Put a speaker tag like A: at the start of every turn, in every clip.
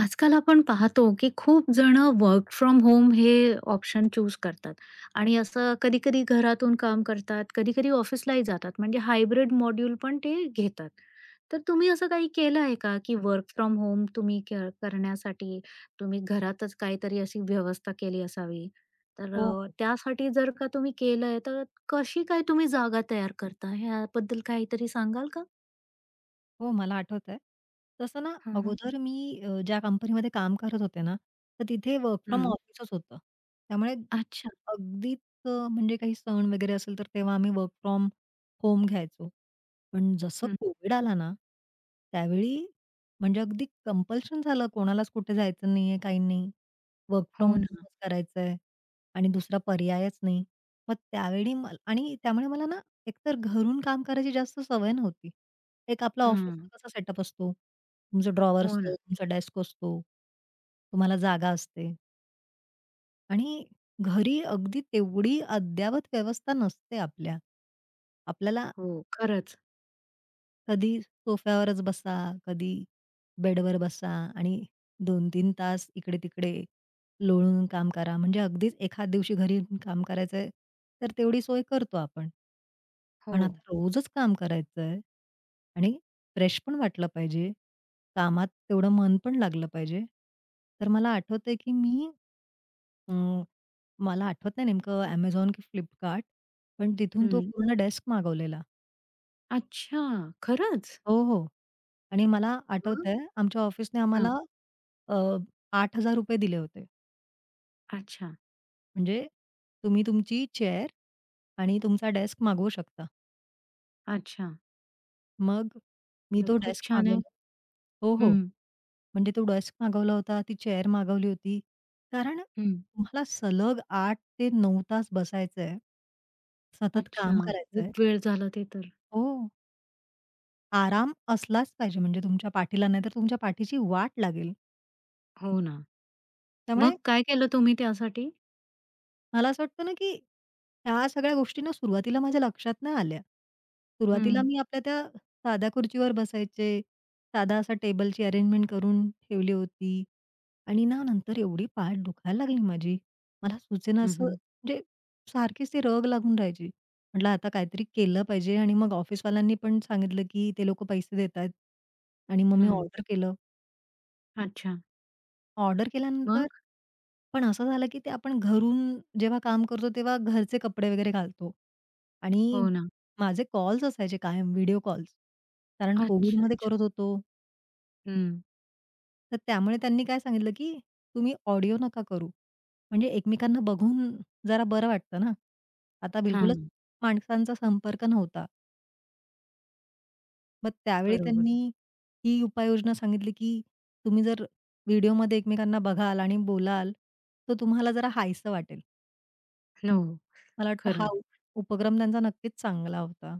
A: आजकाल आपण पाहतो, की खूप जणं वर्क फ्रॉम होम हे ऑप्शन चूज करतात आणि असं कधी-कधी घरातून काम करतात, कधी-कधी ऑफिसलाही जातात. म्हणजे हायब्रिड मॉड्यूल पण ते घेतात. तर तुम्ही असं काही केलं आहे का, की वर्क फ्रॉम होम तुम्ही करण्यासाठी तुम्ही घरातच काहीतरी अशी व्यवस्था केली असावी? तर
B: हो, हो.
A: त्यासाठी जर का तुम्ही केलंय, तर कशी काय तुम्ही जागा तयार करता? ह्याबद्दल काहीतरी सांगाल का?
B: हो, मला आठवतंय. तसं ना
A: हं, हं.
B: अगोदर मी ज्या कंपनीमध्ये काम करत होते ना, तर तिथे वर्क फ्रॉम
A: हं.
B: ऑफिसच होतं. त्यामुळे
A: अच्छा.
B: अगदीच म्हणजे काही सण वगैरे असेल, तर तेव्हा आम्ही वर्क फ्रॉम होम घ्यायचो. पण जसं
A: हं.
B: कोविड आला ना, त्यावेळी म्हणजे अगदी कंपल्शन झालं कोणालाच कुठे जायचं नाहीये, काही नाही. वर्क फ्रॉम
A: हो ना.
B: होमच करायचंय आणि दुसरा पर्यायच नाही. मग त्यावेळी मला आणि त्यामुळे मला ना एकतर घरून काम करायची जास्त सवय नव्हती. एक आपला
A: हां.
B: ऑफिसचा कसा सेटअप असतो. तुमचं ड्रॉवर
A: हो
B: असतं,
A: ना.
B: तुमचा डेस्क असतो, तुम्हाला जागा असते आणि घरी अगदी तेवढी अद्ययावत व्यवस्था नसते आपल्या. आपल्याला
A: हो, खरंच.
B: कधी सोफ्यावरच बसा, कधी बेडवर बसा आणि 2-3 तास इकडे-तिकडे लोळून काम करा. म्हणजे अगदीच एखाद दिवशी घरी येऊन काम करायचंय, तर तेवढी सोय करतो आपण.
A: हो.
B: पण आता रोजच काम करायचंय आणि फ्रेश पण वाटलं पाहिजे. कामात तेवढं मन पण लागलं पाहिजे. तर मला आठवतंय की मी अं, मला आठवत नाही नेमकं Amazon की Flipkart, पण तिथून तो
A: हं.
B: पूर्ण डेस्क मागवलेला.
A: अच्छा, खरंच?
B: हो, हो. आणि मला
A: हं,
B: आठवतंय आमच्या ऑफिसने आम्हाला
A: हां.
B: अ, ₹8,000 दिले होते.
A: अच्छा,
B: म्हणजे तुम्ही तुमची चेअर आणि तुमचा डेस्क मागवू शकता.
A: अच्छा.
B: मग मी
A: तर
B: तो
A: खूप
B: डेस्क
A: छान
B: मागवला.
A: आहे.
B: हो, हो.
A: हं.
B: म्हणजे तो डेस्क मागवला होता, ती चेअर मागवली होती. कारण
A: हं.
B: तुम्हाला सलग 8 ते 9 तास बसायचंय, सतत
A: अच्छा,
B: काम
A: खूप
B: करायचंय.
A: वेळ झाला ते तर.
B: हो, आराम असलाच पाहिजे म्हणजे तुमच्या पाठीला, नाहीतर तुमच्या पाठीची वाट लागेल.
A: हो. हो ना.
B: त्यामुळे
A: मग काय केलं तुम्ही त्यासाठी?
B: मला असं वाटतं ना, की ह्या सगळ्या गोष्टी ना सुरुवातीला माझ्या लक्षात नाही आल्या. सुरुवातीला
A: हं.
B: मी आपल्या त्या साध्या खुर्चीवर बसायचे. साधा असा टेबलची अरेंजमेंट करून ठेवली होती आणि ना नंतर एवढी पाठ दुखायला लागली माझी. मला सुचेना
A: हं,
B: असं
A: हं.
B: म्हणजे सारखीच ती रग लागून राहायची. म्हटलं आता काहीतरी केलं पाहिजे आणि मग ऑफिसवाल्यांनी पण सांगितलं, की ते लोकं पैसे देतायत आणि मग मी ऑर्डर केलं.
A: अच्छा.
B: ऑर्डर केल्यानंतर
A: मग?
B: पण असं झालं, की ते आपण घरून जेव्हा काम करतो, तेव्हा घरचे कपडे वगैरे घालतो आणि
A: हो ना.
B: माझे कॉल्स असायचे कायम व्हिडिओ कॉल्स. कारण
A: अच्छा,
B: कोव्हिडमध्ये
A: अच्छा.
B: करत होतो.
A: हं.
B: तर त्यामुळे त्यांनी काय सांगितलं, की तुम्ही ऑडिओ नका करू. म्हणजे एकमेकांना बघून जरा बरं वाटतं ना. आता बिलकुलच
A: हां,
B: माणसांचा संपर्क नव्हता. मग त्यावेळी
A: बरोबर.
B: त्यांनी ही उपाययोजना सांगितली, की तुम्ही जर व्हिडिओमध्ये एकमेकांना बघाल आणि बोलाल, तर तुम्हाला जरा हायसं वाटेल.
A: हो,
B: मला वाटतं हा
A: खरं.
B: उपक्रम त्यांचा नक्कीच चांगला होता.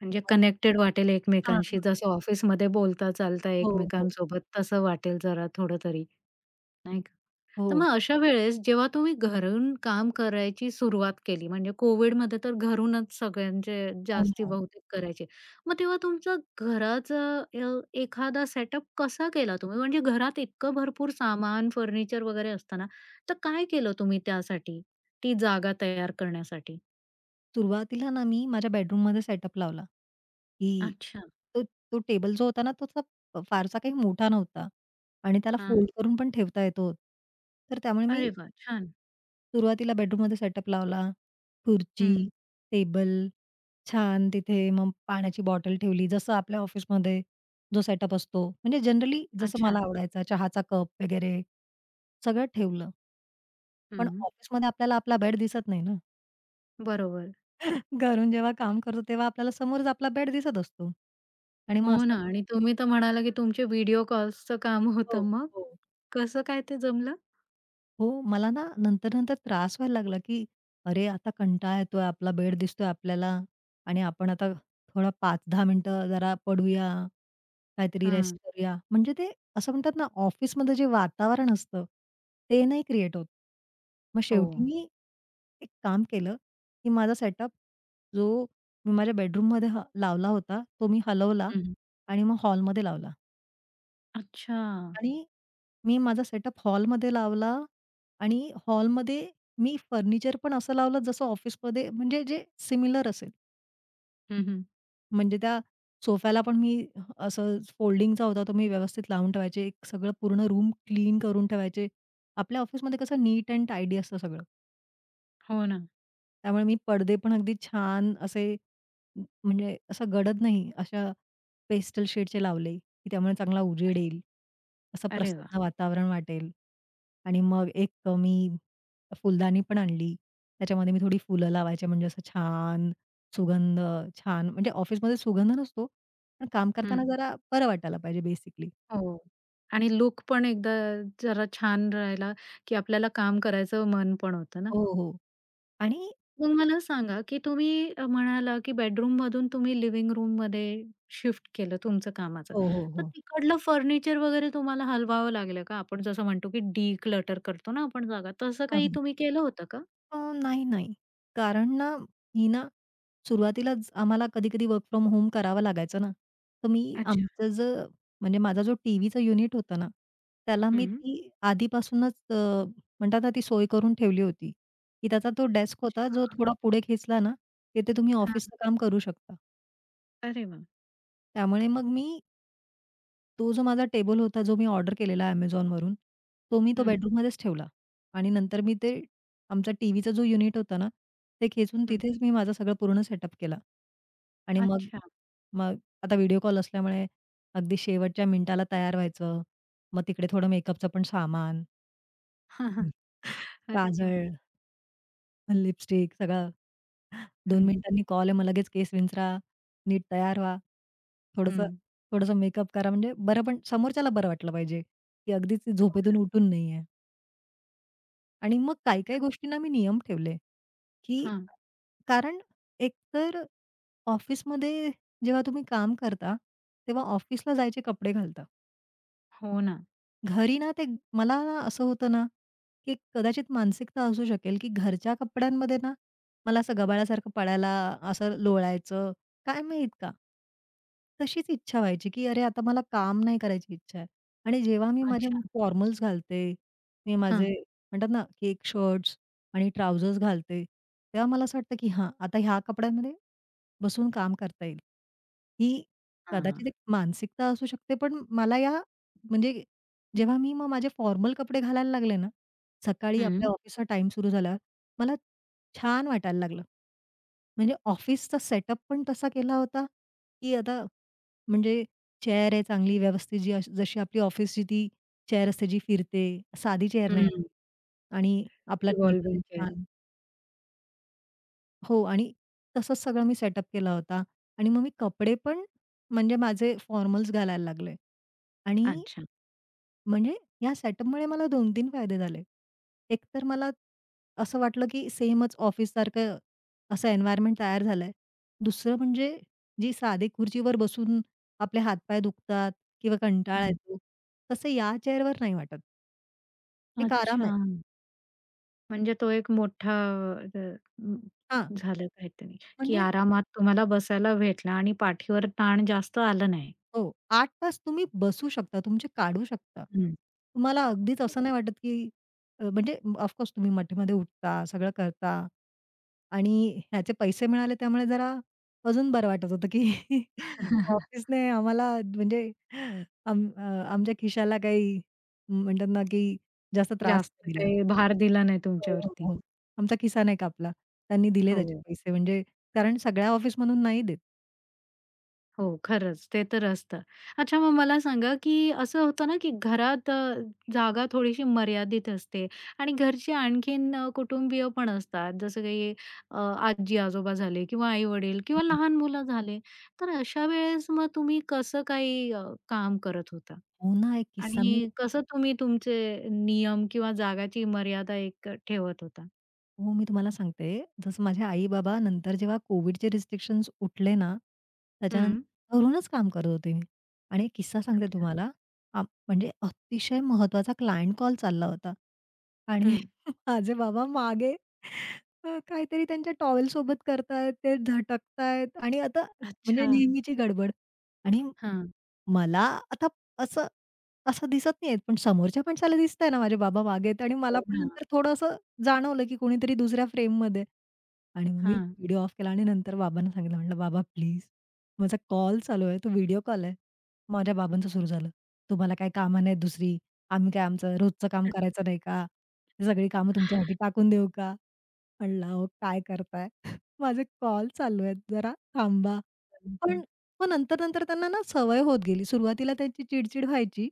A: म्हणजे
B: मग
A: कनेक्टेड वाटेल
B: हां,
A: एकमेकांशी.
B: हां.
A: जसं ऑफिसमध्ये बोलता चालता
B: हो, हो.
A: एकमेकांसोबत तसं वाटेल जरा थोडं तरी, नाही का? तर
B: हो.
A: मग अशा वेळेस जेव्हा तुम्ही घरून काम करायची सुरुवात केली म्हणजे कोविडमध्ये तर घरूनच सगळ्यांचे
B: हो
A: जास्ती
B: ना.
A: बहुतेक करायचे. मग तेव्हा तुमचं घराचं एखादा सेटअप कसा केला तुम्ही? म्हणजे घरात इतकं भरपूर सामान, फर्निचर वगैरे असताना, तर काय केलं तुम्ही त्यासाठी? ती जागा तयार करण्यासाठी?
B: सुरुवातीला ना मी माझ्या बेडरूममध्ये सेटअप लावला, की
A: अच्छा.
B: तो तो टेबल जो होता ना, तो असा फारसा काही मोठा नव्हता आणि त्याला
A: हां.
B: फोल्ड करून पण ठेवता येतो. तर त्यामुळे मी
A: अरे वाह! छान.
B: सुरुवातीला बेडरूममध्ये सेटअप लावला. खुर्ची,
A: हं.
B: टेबल, छान तिथे मग पाण्याची बॉटल ठेवली. जसं आपल्या ऑफिसमध्ये जो सेटअप असतो, म्हणजे जनरली जसं मला
A: अच्छा.
B: आवडायचा चहाचा कप वगैरे सगळं ठेवलं. पण
A: हं.
B: ऑफिसमध्ये आपल्याला आपला बेड दिसत नाही ना.
A: बरोबर.
B: घरून जेव्हा काम करतो तेव्हा आपल्याला समोरच आपला बेड दिसत असतो. आणि मग
A: हो
B: असं
A: ना
B: वाटतं
A: आणि
B: की
A: तुम्ही तर म्हणाला की तुमचे व्हिडिओ कॉल्सचं काम
B: हो,
A: होतं. मग
B: हो.
A: कसं काय ते जमलं?
B: हो, मला ना नंतर-नंतर त्रास व्हायला लागला, की अरे, आता कंटाळा येतोय, आपला बेड दिसतोय आपल्याला आणि आपण आता थोडा 5-10 मिनिटं जरा पडूया, काहीतरी रेस्ट
A: हां.
B: करूया. म्हणजे ते असं म्हणतात ना, ऑफिसमध्ये जे वातावरण असतं, ते नाही क्रिएट होत. मग
A: हो.
B: शेवटी मी एक काम केलं, की माझा सेटअप जो मी माझ्या बेडरूममध्ये लावला होता, तो मी हलवला
A: हं.
B: आणि मग हॉलमध्ये लावला.
A: अच्छा.
B: आणि मी माझा सेटअप हॉलमध्ये लावला आणि हॉलमध्ये मी फर्निचर पण असं लावलं जसं ऑफिसमध्ये म्हणजे जे सिमिलर असेल.
A: हं, हं.
B: म्हणजे त्या सोफ्याला पण मी असं फोल्डिंगचा होता तो मी व्यवस्थित लावून ठेवायचे. एक सगळं पूर्ण रूम क्लीन करून ठेवायचे. आपल्या ऑफिसमध्ये कसं नीट अँड टायडी असतं सगळं.
A: हो ना.
B: त्यामुळे मी पडदे पण अगदी छान असे म्हणजे असा गडद नाही, अशा पेस्टल शेडचे लावले, की त्यामुळे चांगला उजेड येईल. असं
A: अरे वाह!
B: प्रसन्न वातावरण वाटेल आणि मग एक मी फुलदाणी पण आणली. त्याच्यामध्ये मी थोडी फुलं लावायची म्हणजे असं छान सुगंध छान म्हणजे ऑफिसमध्ये सुगंध नसतो, पण काम करताना
A: हं.
B: जरा बरं वाटायला पाहिजे बेसिकली.
A: हो. आणि लूक पण एकदा जरा छान राहिला, की आपल्याला काम करायचं मन पण होतं ना.
B: हो, हो. आणि
A: मग मला सांगा, की तुम्ही म्हणाला, की बेडरूममधून तुम्ही लिव्हिंग रूममध्ये शिफ्ट केलं तुमचं कामाचं.
B: हो, हो,
A: तर
B: हो.
A: तिकडलं फर्निचर वगैरे तुम्हाला हलवावं लागलं का? आपण जसं म्हणतो, की डिक्लटर करतो ना आपण जागा, तसं काही तुम्ही केलं होतं का?
B: नाही, नाही. कारण ना, मी ना सुरुवातीलाच आम्हाला कधी-कधी वर्क फ्रॉम होम करावं लागायचं ना. तर मी
A: अच्छा.
B: आमचं जे म्हणजे माझा जो टीव्हीचा युनिट होता ना, त्याला मी
A: हं.
B: ती आधीपासूनच म्हणतात ना, ती सोय करून ठेवली होती, की त्याचा तो डेस्क होता, जो
A: हां.
B: थोडा पुढे खेचला ना, तिथे तुम्ही
A: हां.
B: ऑफिसचं काम करू शकता.
A: अरे वाह!
B: त्यामुळे मग मी तो जो माझा टेबल होता, जो मी ऑर्डर केलेला Amazonवरून, तो मी तो
A: हं,
B: बेडरूममध्येच ठेवला आणि नंतर मी ते आमचा टीव्हीचा जो युनिट होता ना, ते खेचून
A: हं.
B: तिथेच मी माझा सगळं पूर्ण सेटअप केला. आणि मग
A: अच्छा.
B: मग आता व्हिडिओ कॉल असल्यामुळे अगदी शेवटच्या मिनिटाला तयार व्हायचं. मग तिकडे थोडं मेकअपचं पण सामान,
A: अच्छा.
B: काजळ लिपस्टिक सगळं. 2
A: हं.
B: मिनिटांनी कॉल आहे, मग लगेच केस विंचरा, नीट तयार व्हा.
A: हं.
B: थोडंसं थोडंसं मेकअप करा म्हणजे बरं पण समोरच्याला बरं वाटलं पाहिजे, की अगदीच
A: हो ना.
B: झोपेतून उठून नाहीये. आणि मग काही-काही गोष्टींना मी नियम ठेवले, की
A: हां.
B: कारण एकतर ऑफिसमध्ये जेव्हा तुम्ही काम करता, तेव्हा ऑफिसला जायचे कपडे घालता.
A: हो ना.
B: घरी ना ते मला ना असं होतं ना, की कदाचित मानसिकता असू शकेल, की घरच्या कपड्यांमध्ये ना मला असं गबाळासारखं पडायला, असं लोळायचं, काय माहीत का? तशीच इच्छा व्हायची, की अरे आता मला काम नाही करायची इच्छा आहे. आणि जेव्हा मी माझे
A: अच्छा.
B: फॉर्मल्स घालते, मी माझे
A: हां.
B: म्हणतात ना, की एक शर्ट्स आणि ट्राउझर्स घालते, तेव्हा मला असं वाटतं, की हां, आता ह्या कपड्यांमध्ये बसून काम करता येईल. ही
A: हां.
B: कदाचित एक मानसिकता असू शकते, पण मला या म्हणजे जेव्हा मी मग माझे फॉर्मल कपडे घालायला लागले ना, सकाळी
A: हं.
B: आपल्या ऑफिसचा टाईम सुरू झाल्यावर मला छान वाटायला लागलं. म्हणजे ऑफिसचा सेटअप पण तसा केला होता, की आता म्हणजे चेअर आहे चांगली व्यवस्थित जी अशी जशी आपली ऑफिसची ती चेअर असते जी फिरते, साधी चेअर नाही
A: हं.
B: आपली. आणि आपला टेबल आहे
A: रिव्हॉल्विंग चेअर.
B: छान. हो आणि तसंच सगळं मी सेटअप केला होता आणि मग मी कपडे पण म्हणजे माझे फॉर्मल्स घालायला लागले आणि
A: अच्छा.
B: म्हणजे या सेटअपमुळे मला 2 तीन फायदे झाले. एक तर मला असं वाटलं, की सेमच ऑफिससारखं असं एन्व्हायर्नमेंट तयार झालंय. दुसरं म्हणजे जी साधी खुर्चीवर बसून आपले हातपाय दुखतात किंवा कंटाळा
A: हं.
B: येतो, तसं या चेअरवर नाही वाटत. एक आराम
A: अच्छा.
B: आहे.
A: म्हणजे तो एक मोठा अ,
B: हां,
A: अ, झालं काहीतरी, की
B: म्हणजे
A: आरामात तुम्हाला बसायला भेटला आणि पाठीवर ताण जास्त आला नाही.
B: हो. 8 तास तुम्ही बसू शकता, तुमचे काढू शकता.
A: हं.
B: तुम्हाला अगदीच
A: हो.
B: असं नाही वाटत, की म्हणजे ऑफ तुम्ही मठेमध्ये उठता, सगळं करता आणि ह्याचे पैसे मिळाले त्यामुळे जरा अजून बरं वाटत होतं, की ऑफिसने आम्हाला म्हणजे आम अ, आमच्या खिशाला काही म्हणतात ना, की जास्त त्रास
A: जास्त
B: नाही दिला.
A: काही भार दिला नाही
B: हो, हो,
A: तुमच्यावरती.
B: हो. आमचा खिसा नाही कापला. त्यांनी दिले त्याचे
A: हो.
B: पैसे म्हणजे कारण सगळ्या ऑफिसमधून नाही देत.
A: हो, खरंच. ते तर असतं. अच्छा मग मला सांगा, की असं होतं ना, की घरात जागा थोडीशी मर्यादित असते आणि घरचे आणखीन कुटुंबीय पण असतात. जसं काही अ, आजी-आजोबा झाले किंवा आई-वडील किंवा लहान मुलं झाले. तर अशा वेळेस मग तुम्ही कसं काही काम करत होता?
B: हो ना, एक किस्सा मी
A: आणि कसं तुम्ही तुमचे नियम किंवा जागाची मर्यादा एक ठेवत होता?
B: हो, मी तुम्हाला सांगते, जसं माझे आई-बाबा नंतर जेव्हा कोविडचे रिस्ट्रिक्शन्स उठले ना,
A: हं,
B: त्याच्यानंतर घरूनच काम करत होते मी. आणि एक किस्सा सांगते तुम्हाला, म्हणजे अतिशय महत्वाचा क्लायंट कॉल चालला होता आणि
A: हं.
B: माझे बाबा मागे काहीतरी त्यांच्या टॉवेलसोबत करतायत, ते झटकतायत आणि आता म्हणजे
A: अच्छा.
B: नेहमीची गडबड आणि
A: हां.
B: मला आता असं असं दिसत नाहीये, पण समोरच्या माणसाला दिसतंय ना माझे बाबा मागे आहेत आणि मला
A: हो.
B: पण
A: ना.
B: नंतर थोडं असं जाणवलं, की कोणीतरी दुसऱ्या फ्रेममध्ये आहे. आणि मग मी
A: हां.
B: व्हिडिओ ऑफ केला आणि नंतर बाबांना सांगितलं म्हटलं, "बाबा प्लीज, माझा कॉल चालू आहे, तो व्हिडिओ कॉल आहे." माझ्या बाबांचं सुरू झालं, "तुम्हाला काय कामं नाहीत दुसरी? आम्ही काय आमचं रोजचं काम करायचं नाही का? ही सगळी कामं तुमच्यासाठी टाकून देऊ का?" म्हणलं, "अहो काय करताय? माझे कॉल चालू आहेत, जरा थांबा."
A: हं,
B: पण
A: हं.
B: मग नंतर-नंतर त्यांना ना सवय होत गेली. सुरुवातीला त्यांची चिड-चिड व्हायची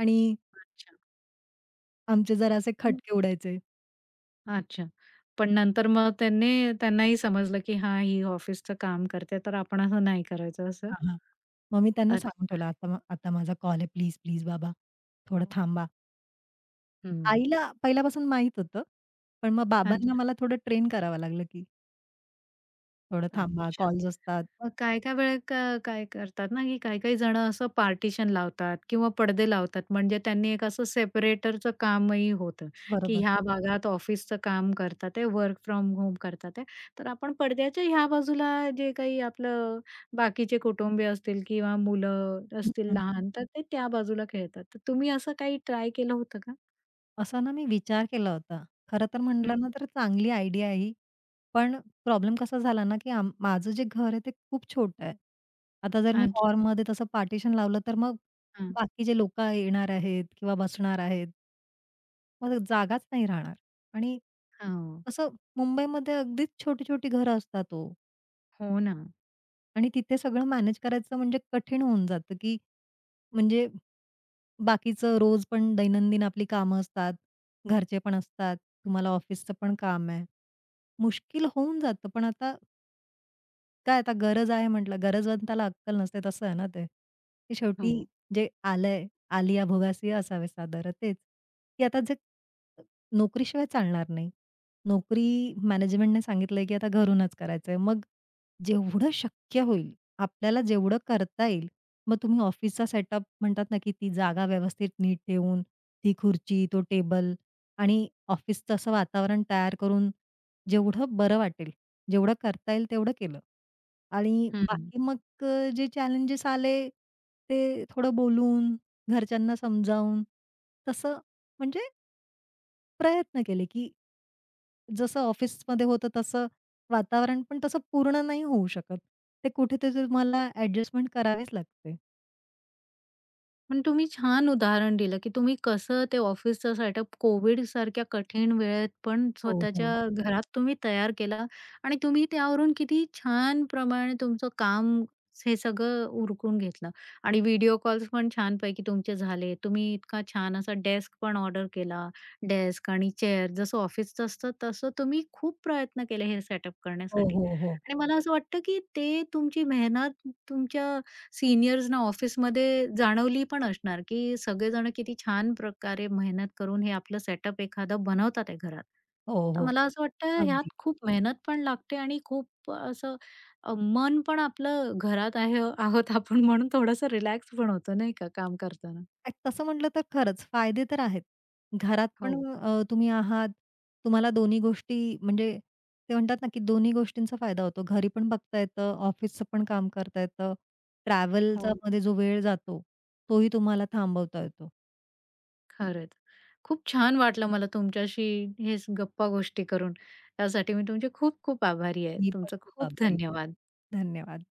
B: आणि
A: अच्छा.
B: आमचे जरा असे खटके उडायचे.
A: अच्छा. पण नंतर मग त्यांनाही समजलं, की हां, ही ऑफिसचं काम करते, तर आपण असं नाही करायचं असं?
B: हां, हां. मग मी त्यांना सांगून
A: अच्छा.
B: ठेवलं, "आता आता माझा कॉल आहे. प्लीज बाबा, थोडं हो. थांबा."
A: हम्म.
B: आईला पहिल्यापासून माहीत होतं. पण मग बाबांना
A: अच्छा,
B: मला थोडं ट्रेन करावं लागलं, की थोडं थांबा,
A: अच्छा.
B: कॉल्स असतात.
A: मग काही-काही वेळेला का काय करतात ना, की काही-काही जणं असं पार्टिशन लावतात किंवा पडदे लावतात. म्हणजे त्यांनी एक असं सेपरेटरचं कामही होतं, की
B: बरोबर.
A: ह्या भागात ऑफिसचं काम करतात आहे, वर्क फ्रॉम होम करतात आहे. तर आपण पडद्याच्या ह्या बाजूला जे काही आपलं बाकीचे कुटुंबीय असतील किंवा मुलं असतील
B: हं.
A: लहान, तर ते त्या बाजूला खेळतात. तर तुम्ही असं काही ट्राय केलं होतं का?
B: असा ना मी विचार केला होता. खरं तर
A: हं.
B: म्हटलं ना, तर चांगली आयडिया आहे ही. पण प्रॉब्लेम कसा झाला ना, की माझं जे घर आहे ते खूप छोटं आहे. आता जर मी
A: अच्छा.
B: हॉलमध्ये तसं पार्टिशन लावलं, तर मग
A: हां.
B: बाकी जे लोकं येणार आहेत किंवा बसणार आहेत मग जागाच नाही राहणार आणि
A: हो.
B: असं मुंबईमध्ये अगदीच छोटी-छोटी घरं असतात ओ
A: हो ना.
B: आणि तिथे सगळं मॅनेज करायचं म्हणजे कठीण होऊन जातं, की म्हणजे बाकीचं रोज पण दैनंदिन आपली कामं असतात, घरचे पण असतात, तुम्हाला ऑफिसचं पण काम आहे. मुश्किल होऊन जातं, पण आता काय आता गरज आहे म्हटलं, गरजवंताला अक्कल नसते तसं आहे ना ते. की शेवटी
A: हो.
B: जे आलंय, आलिया भोगासिया असावे सादर तेच. की आता जे नोकरीशिवाय चालणार नाही. नोकरी मॅनेजमेंटने सांगितलंय की आता घरूनच करायचंय. मग जेवढं शक्य होईल, आपल्याला जेवढं करता येईल, मग तुम्ही ऑफिसचा सेटअप म्हणतात ना, की ती जागा व्यवस्थित नीट ठेवून, ती खुर्ची, तो टेबल आणि ऑफिसचं असं वातावरण तयार करून जेवढं बरं वाटेल जेवढं करता येईल तेवढं केलं. आणि
A: हं.
B: बाकी मग जे चॅलेंजेस आले, ते थोडं बोलून, घरच्यांना समजावून, तसं म्हणजे प्रयत्न केले, की जसं ऑफिसमध्ये होतं तसं वातावरण पण तसं पूर्ण नाही होऊ शकत. ते कुठेतरी तुम्हाला ॲडजस्टमेंट करावीच लागते.
A: पण तुम्ही छान उदाहरण दिलं, की तुम्ही कसं ते ऑफिसचं सेटअप कोविडसारख्या कठीण वेळेत पण
B: हो,
A: स्वतःच्या
B: हो.
A: हो. घरात तुम्ही तयार केला आणि तुम्ही त्यावरून किती छान प्रमाणे तुमचं काम हे सगळं उरकून घेतलं आणि व्हिडिओ कॉल्स पण छानपैकी तुमचे झाले. तुम्ही इतका छान असा डेस्क पण ऑर्डर केला. डेस्क आणि चेअर जसं ऑफिसचं असतं तसं तुम्ही खूप प्रयत्न केले हे सेटअप
B: हो,
A: करण्यासाठी
B: हो, हो.
A: आणि मला असं वाटतं, की ते तुमची मेहनत तुमच्या सीनियर्सना ऑफिसमध्ये जाणवली पण असणार, की सगळेजण किती छान प्रकारे मेहनत करून हे आपलं सेटअप एखादं बनवतात आहे घरात.
B: हो,
A: तर
B: हो.
A: मला असं वाटतं ह्यात
B: अगदी.
A: खूप मेहनत पण लागते आणि खूप असं मन पण आपलं घरात आहे आहोत आपण म्हणून थोडंसं रिलॅक्स पण होतं नाही का काम करताना.
B: तसं म्हटलं तर खरंच फायदे तर आहेत. घरात पण
A: हो,
B: तुम्ही आहात. तुम्हाला दोन्ही गोष्टी म्हणजे ते म्हणतात ना, की दोन्ही गोष्टींचा फायदा होतो. घरी पण बघता येतं, ऑफिसचं पण काम करता येतं. ट्रॅव्हलचा
A: हो.
B: मध्ये जो वेळ जातो, तोही तुम्हाला थांबवता येतो.
A: खरंच. खूप छान वाटलं मला तुमच्याशी हेच गप्पा गोष्टी करून. त्यासाठी मी तुमचे खूप खूप आभारी आहे.
B: मी पण
A: तुमचं
B: खूप
A: खूप
B: आभारी.
A: धन्यवाद.
B: धन्यवाद.